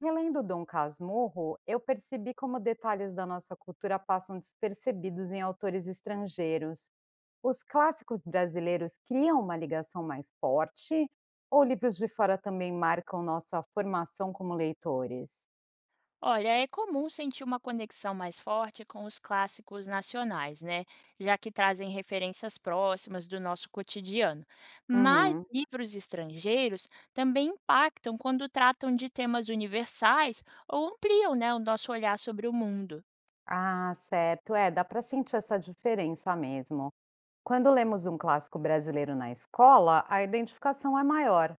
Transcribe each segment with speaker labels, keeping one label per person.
Speaker 1: Relendo Dom Casmurro, eu percebi como detalhes da nossa cultura passam despercebidos em autores estrangeiros. Os clássicos brasileiros criam uma ligação mais forte? Ou livros de fora também marcam nossa formação como leitores?
Speaker 2: Olha, é comum sentir uma conexão mais forte com os clássicos nacionais, né? Já que trazem referências próximas do nosso cotidiano. Mas
Speaker 1: Uhum.
Speaker 2: livros estrangeiros também impactam quando tratam de temas universais ou ampliam, né, o nosso olhar sobre o mundo.
Speaker 1: Ah, certo. É, dá para sentir essa diferença mesmo. Quando lemos um clássico brasileiro na escola, a identificação é maior.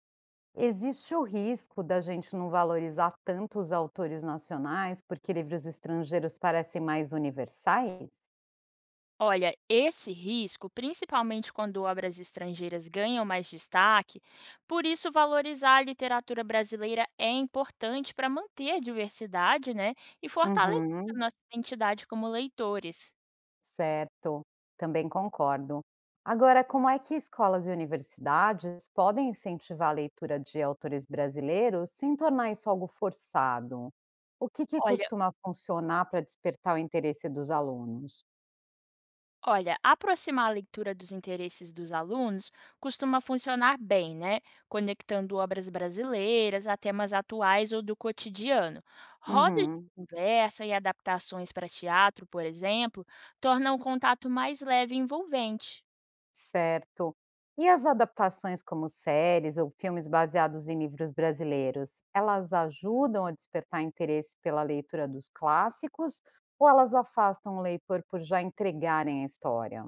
Speaker 1: Existe o risco da gente não valorizar tanto os autores nacionais, porque livros estrangeiros parecem mais universais?
Speaker 2: Olha, esse risco, principalmente quando obras estrangeiras ganham mais destaque, por isso valorizar a literatura brasileira é importante para manter a diversidade, né, e fortalecer a
Speaker 1: Uhum,
Speaker 2: nossa identidade como leitores.
Speaker 1: certo, também concordo. Agora, como é que escolas e universidades podem incentivar a leitura de autores brasileiros sem tornar isso algo forçado? O que que
Speaker 2: Olha,
Speaker 1: costuma funcionar para despertar o interesse dos alunos?
Speaker 2: Olha, aproximar a leitura dos interesses dos alunos costuma funcionar bem, né? Conectando obras brasileiras a temas atuais ou do cotidiano. Rodas de
Speaker 1: Uhum.
Speaker 2: conversa e adaptações para teatro, por exemplo, tornam o contato mais leve e envolvente.
Speaker 1: Certo. E as adaptações como séries ou filmes baseados em livros brasileiros, elas ajudam a despertar interesse pela leitura dos clássicos ou elas afastam o leitor por já entregarem a história?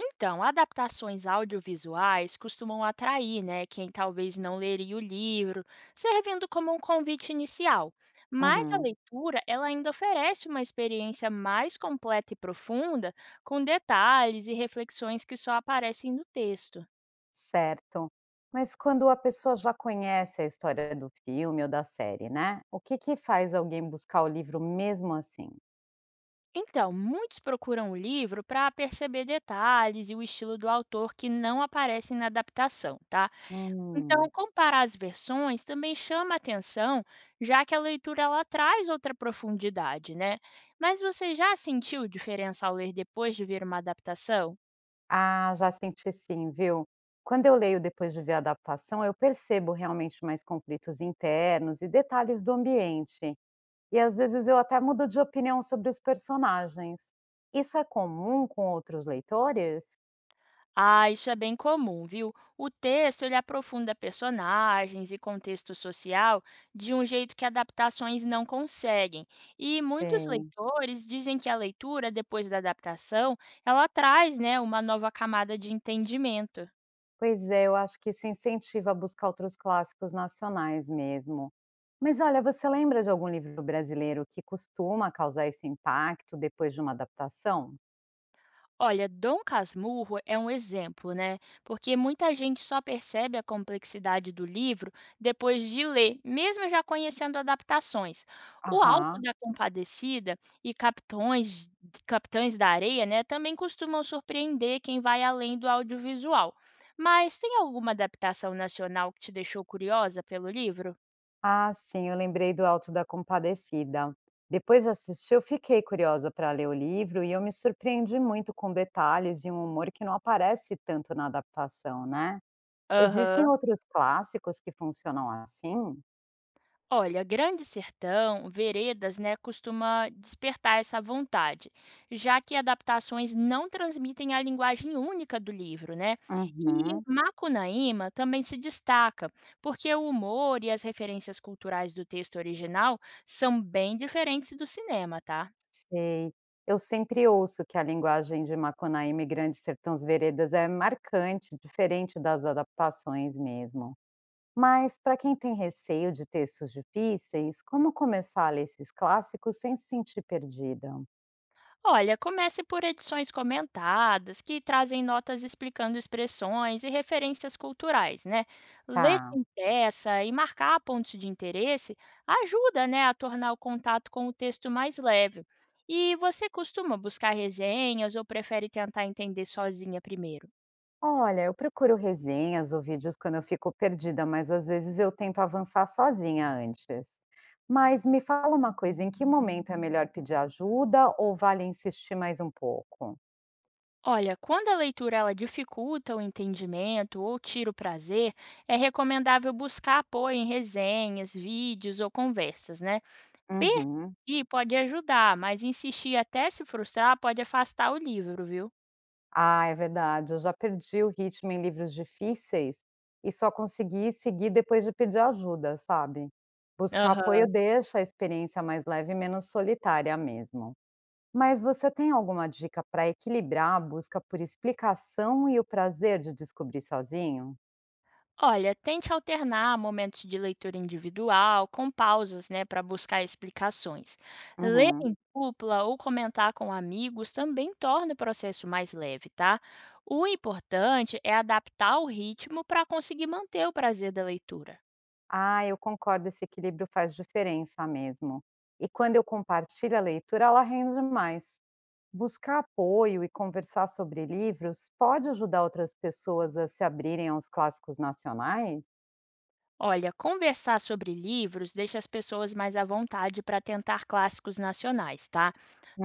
Speaker 2: Então, adaptações audiovisuais costumam atrair, né, quem talvez não leria o livro, servindo como um convite inicial. Mas a
Speaker 1: Uhum,
Speaker 2: leitura, ela ainda oferece uma experiência mais completa e profunda, com detalhes e reflexões que só aparecem no texto.
Speaker 1: certo. Mas quando a pessoa já conhece a história do filme ou da série, né? O que que faz alguém buscar o livro mesmo assim?
Speaker 2: Então, muitos procuram o livro para perceber detalhes e o estilo do autor que não aparecem na adaptação, tá?
Speaker 1: Hum.
Speaker 2: Então, comparar as versões também chama atenção, já que a leitura ela traz outra profundidade, né? Mas você já sentiu diferença ao ler depois de ver uma adaptação?
Speaker 1: Ah, já senti sim, viu. Quando eu leio depois de ver a adaptação, eu percebo realmente mais conflitos internos e detalhes do ambiente. E às vezes eu até mudo de opinião sobre os personagens. Isso é comum com outros leitores?
Speaker 2: Ah, isso é bem comum, viu? O texto ele aprofunda personagens e contexto social de um jeito que adaptações não conseguem. E muitos
Speaker 1: Sim.
Speaker 2: leitores dizem que a leitura depois da adaptação, ela traz, né, uma nova camada de entendimento.
Speaker 1: Pois é, eu acho que isso incentiva a buscar outros clássicos nacionais mesmo. Mas olha, você lembra de algum livro brasileiro que costuma causar esse impacto depois de uma adaptação?
Speaker 2: Olha, Dom Casmurro é um exemplo, né? Porque muita gente só percebe a complexidade do livro depois de ler, mesmo já conhecendo adaptações. O Alto
Speaker 1: Aham.
Speaker 2: da Compadecida e Capitães da Areia, né, também costumam surpreender quem vai além do audiovisual. Mas tem alguma adaptação nacional que te deixou curiosa pelo livro?
Speaker 1: Ah, sim, eu lembrei do Alto da Compadecida. Depois de assistir, eu fiquei curiosa para ler o livro e eu me surpreendi muito com detalhes e um humor que não aparece tanto na adaptação, né? Existem
Speaker 2: Aham.
Speaker 1: outros clássicos que funcionam assim?
Speaker 2: Olha, Grande Sertão, Veredas, né, costuma despertar essa vontade, já que adaptações não transmitem a linguagem única do livro, né? E
Speaker 1: Uhum,
Speaker 2: Macunaíma também se destaca, porque o humor e as referências culturais do texto original são bem diferentes do cinema, tá?
Speaker 1: sei. Eu sempre ouço que a linguagem de Macunaíma e Grande Sertões Veredas é marcante, diferente das adaptações mesmo. Mas para quem tem receio de textos difíceis, como começar a ler esses clássicos sem se sentir perdida?
Speaker 2: Olha, comece por edições comentadas, que trazem notas explicando expressões e referências culturais, né? Ler
Speaker 1: Tá.
Speaker 2: sem pressa e marcar pontos de interesse ajuda, né, a tornar o contato com o texto mais leve. E você costuma buscar resenhas ou prefere tentar entender sozinha primeiro?
Speaker 1: Olha, eu procuro resenhas ou vídeos quando eu fico perdida, mas às vezes eu tento avançar sozinha antes. Mas me fala uma coisa, em que momento é melhor pedir ajuda ou vale insistir mais um pouco?
Speaker 2: Olha, quando a leitura ela dificulta o entendimento ou tira o prazer, é recomendável buscar apoio em resenhas, vídeos ou conversas, né?
Speaker 1: Uhum.
Speaker 2: Persistir pode ajudar, mas insistir até se frustrar pode afastar o livro, viu?
Speaker 1: Ah, é verdade. Eu já perdi o ritmo em livros difíceis e só consegui seguir depois de pedir ajuda, sabe? Buscar apoio
Speaker 2: Aham.
Speaker 1: deixa a experiência mais leve e menos solitária mesmo. Mas você tem alguma dica para equilibrar a busca por explicação e o prazer de descobrir sozinho?
Speaker 2: Olha, tente alternar momentos de leitura individual com pausas, né, para buscar explicações. Ler
Speaker 1: Uhum.
Speaker 2: em dupla ou comentar com amigos também torna o processo mais leve, tá? O importante é adaptar o ritmo para conseguir manter o prazer da leitura.
Speaker 1: Ah, eu concordo, esse equilíbrio faz diferença mesmo. E quando eu compartilho a leitura, ela rende mais. Buscar apoio e conversar sobre livros pode ajudar outras pessoas a se abrirem aos clássicos nacionais?
Speaker 2: Olha, conversar sobre livros deixa as pessoas mais à vontade para tentar clássicos nacionais, tá?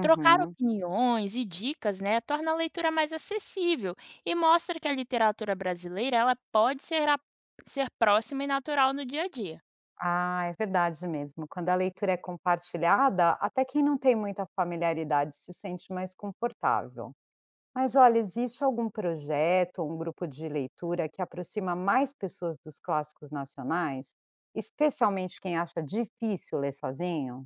Speaker 2: Trocar opiniões e dicas, né, torna a leitura mais acessível e mostra que a literatura brasileira ela pode ser próxima e natural no dia a dia.
Speaker 1: Ah, é verdade mesmo. Quando a leitura é compartilhada, até quem não tem muita familiaridade se sente mais confortável. Mas olha, existe algum projeto ou um grupo de leitura que aproxima mais pessoas dos clássicos nacionais? Especialmente quem acha difícil ler sozinho?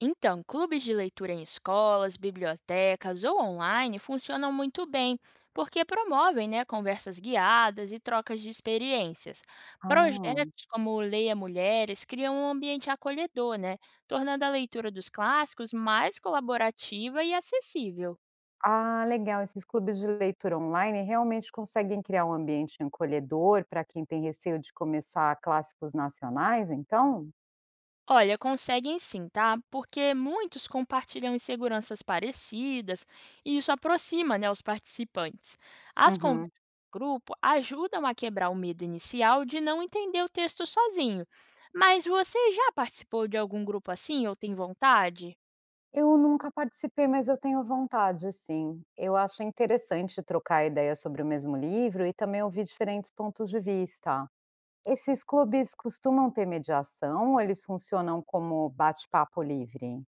Speaker 2: Então, clubes de leitura em escolas, bibliotecas ou online funcionam muito bem, porque promovem né, conversas guiadas e trocas de experiências.
Speaker 1: Ah.
Speaker 2: Projetos como o Leia Mulheres criam um ambiente acolhedor, né, tornando a leitura dos clássicos mais colaborativa e acessível.
Speaker 1: Ah, legal. Esses clubes de leitura online realmente conseguem criar um ambiente acolhedor para quem tem receio de começar clássicos nacionais, então?
Speaker 2: Olha, conseguem sim, tá? Porque muitos compartilham inseguranças parecidas e isso aproxima, né, os participantes. As conversas
Speaker 1: Uhum.
Speaker 2: em grupo ajudam a quebrar o medo inicial de não entender o texto sozinho. Mas você já participou de algum grupo assim ou tem vontade?
Speaker 1: Eu nunca participei, mas eu tenho vontade, sim. Eu acho interessante trocar ideia sobre o mesmo livro e também ouvir diferentes pontos de vista. Esses clubes costumam ter mediação ou eles funcionam como bate-papo livre?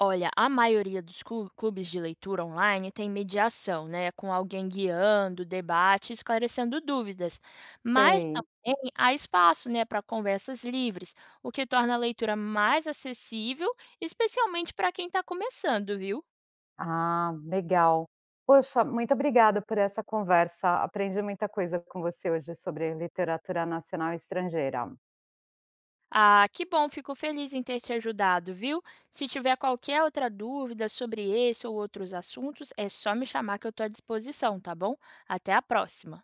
Speaker 2: Olha, a maioria dos clubes de leitura online tem mediação, né, com alguém guiando, debate, esclarecendo dúvidas. Mas
Speaker 1: Sei.
Speaker 2: também há espaço, né, para conversas livres, o que torna a leitura mais acessível, especialmente para quem está começando, viu?
Speaker 1: Ah, legal. Poxa, muito obrigada por essa conversa. Aprendi muita coisa com você hoje sobre literatura nacional e estrangeira.
Speaker 2: Ah, que bom, fico feliz em ter te ajudado, viu? Se tiver qualquer outra dúvida sobre esse ou outros assuntos, é só me chamar que eu estou à disposição, tá bom? Até a próxima.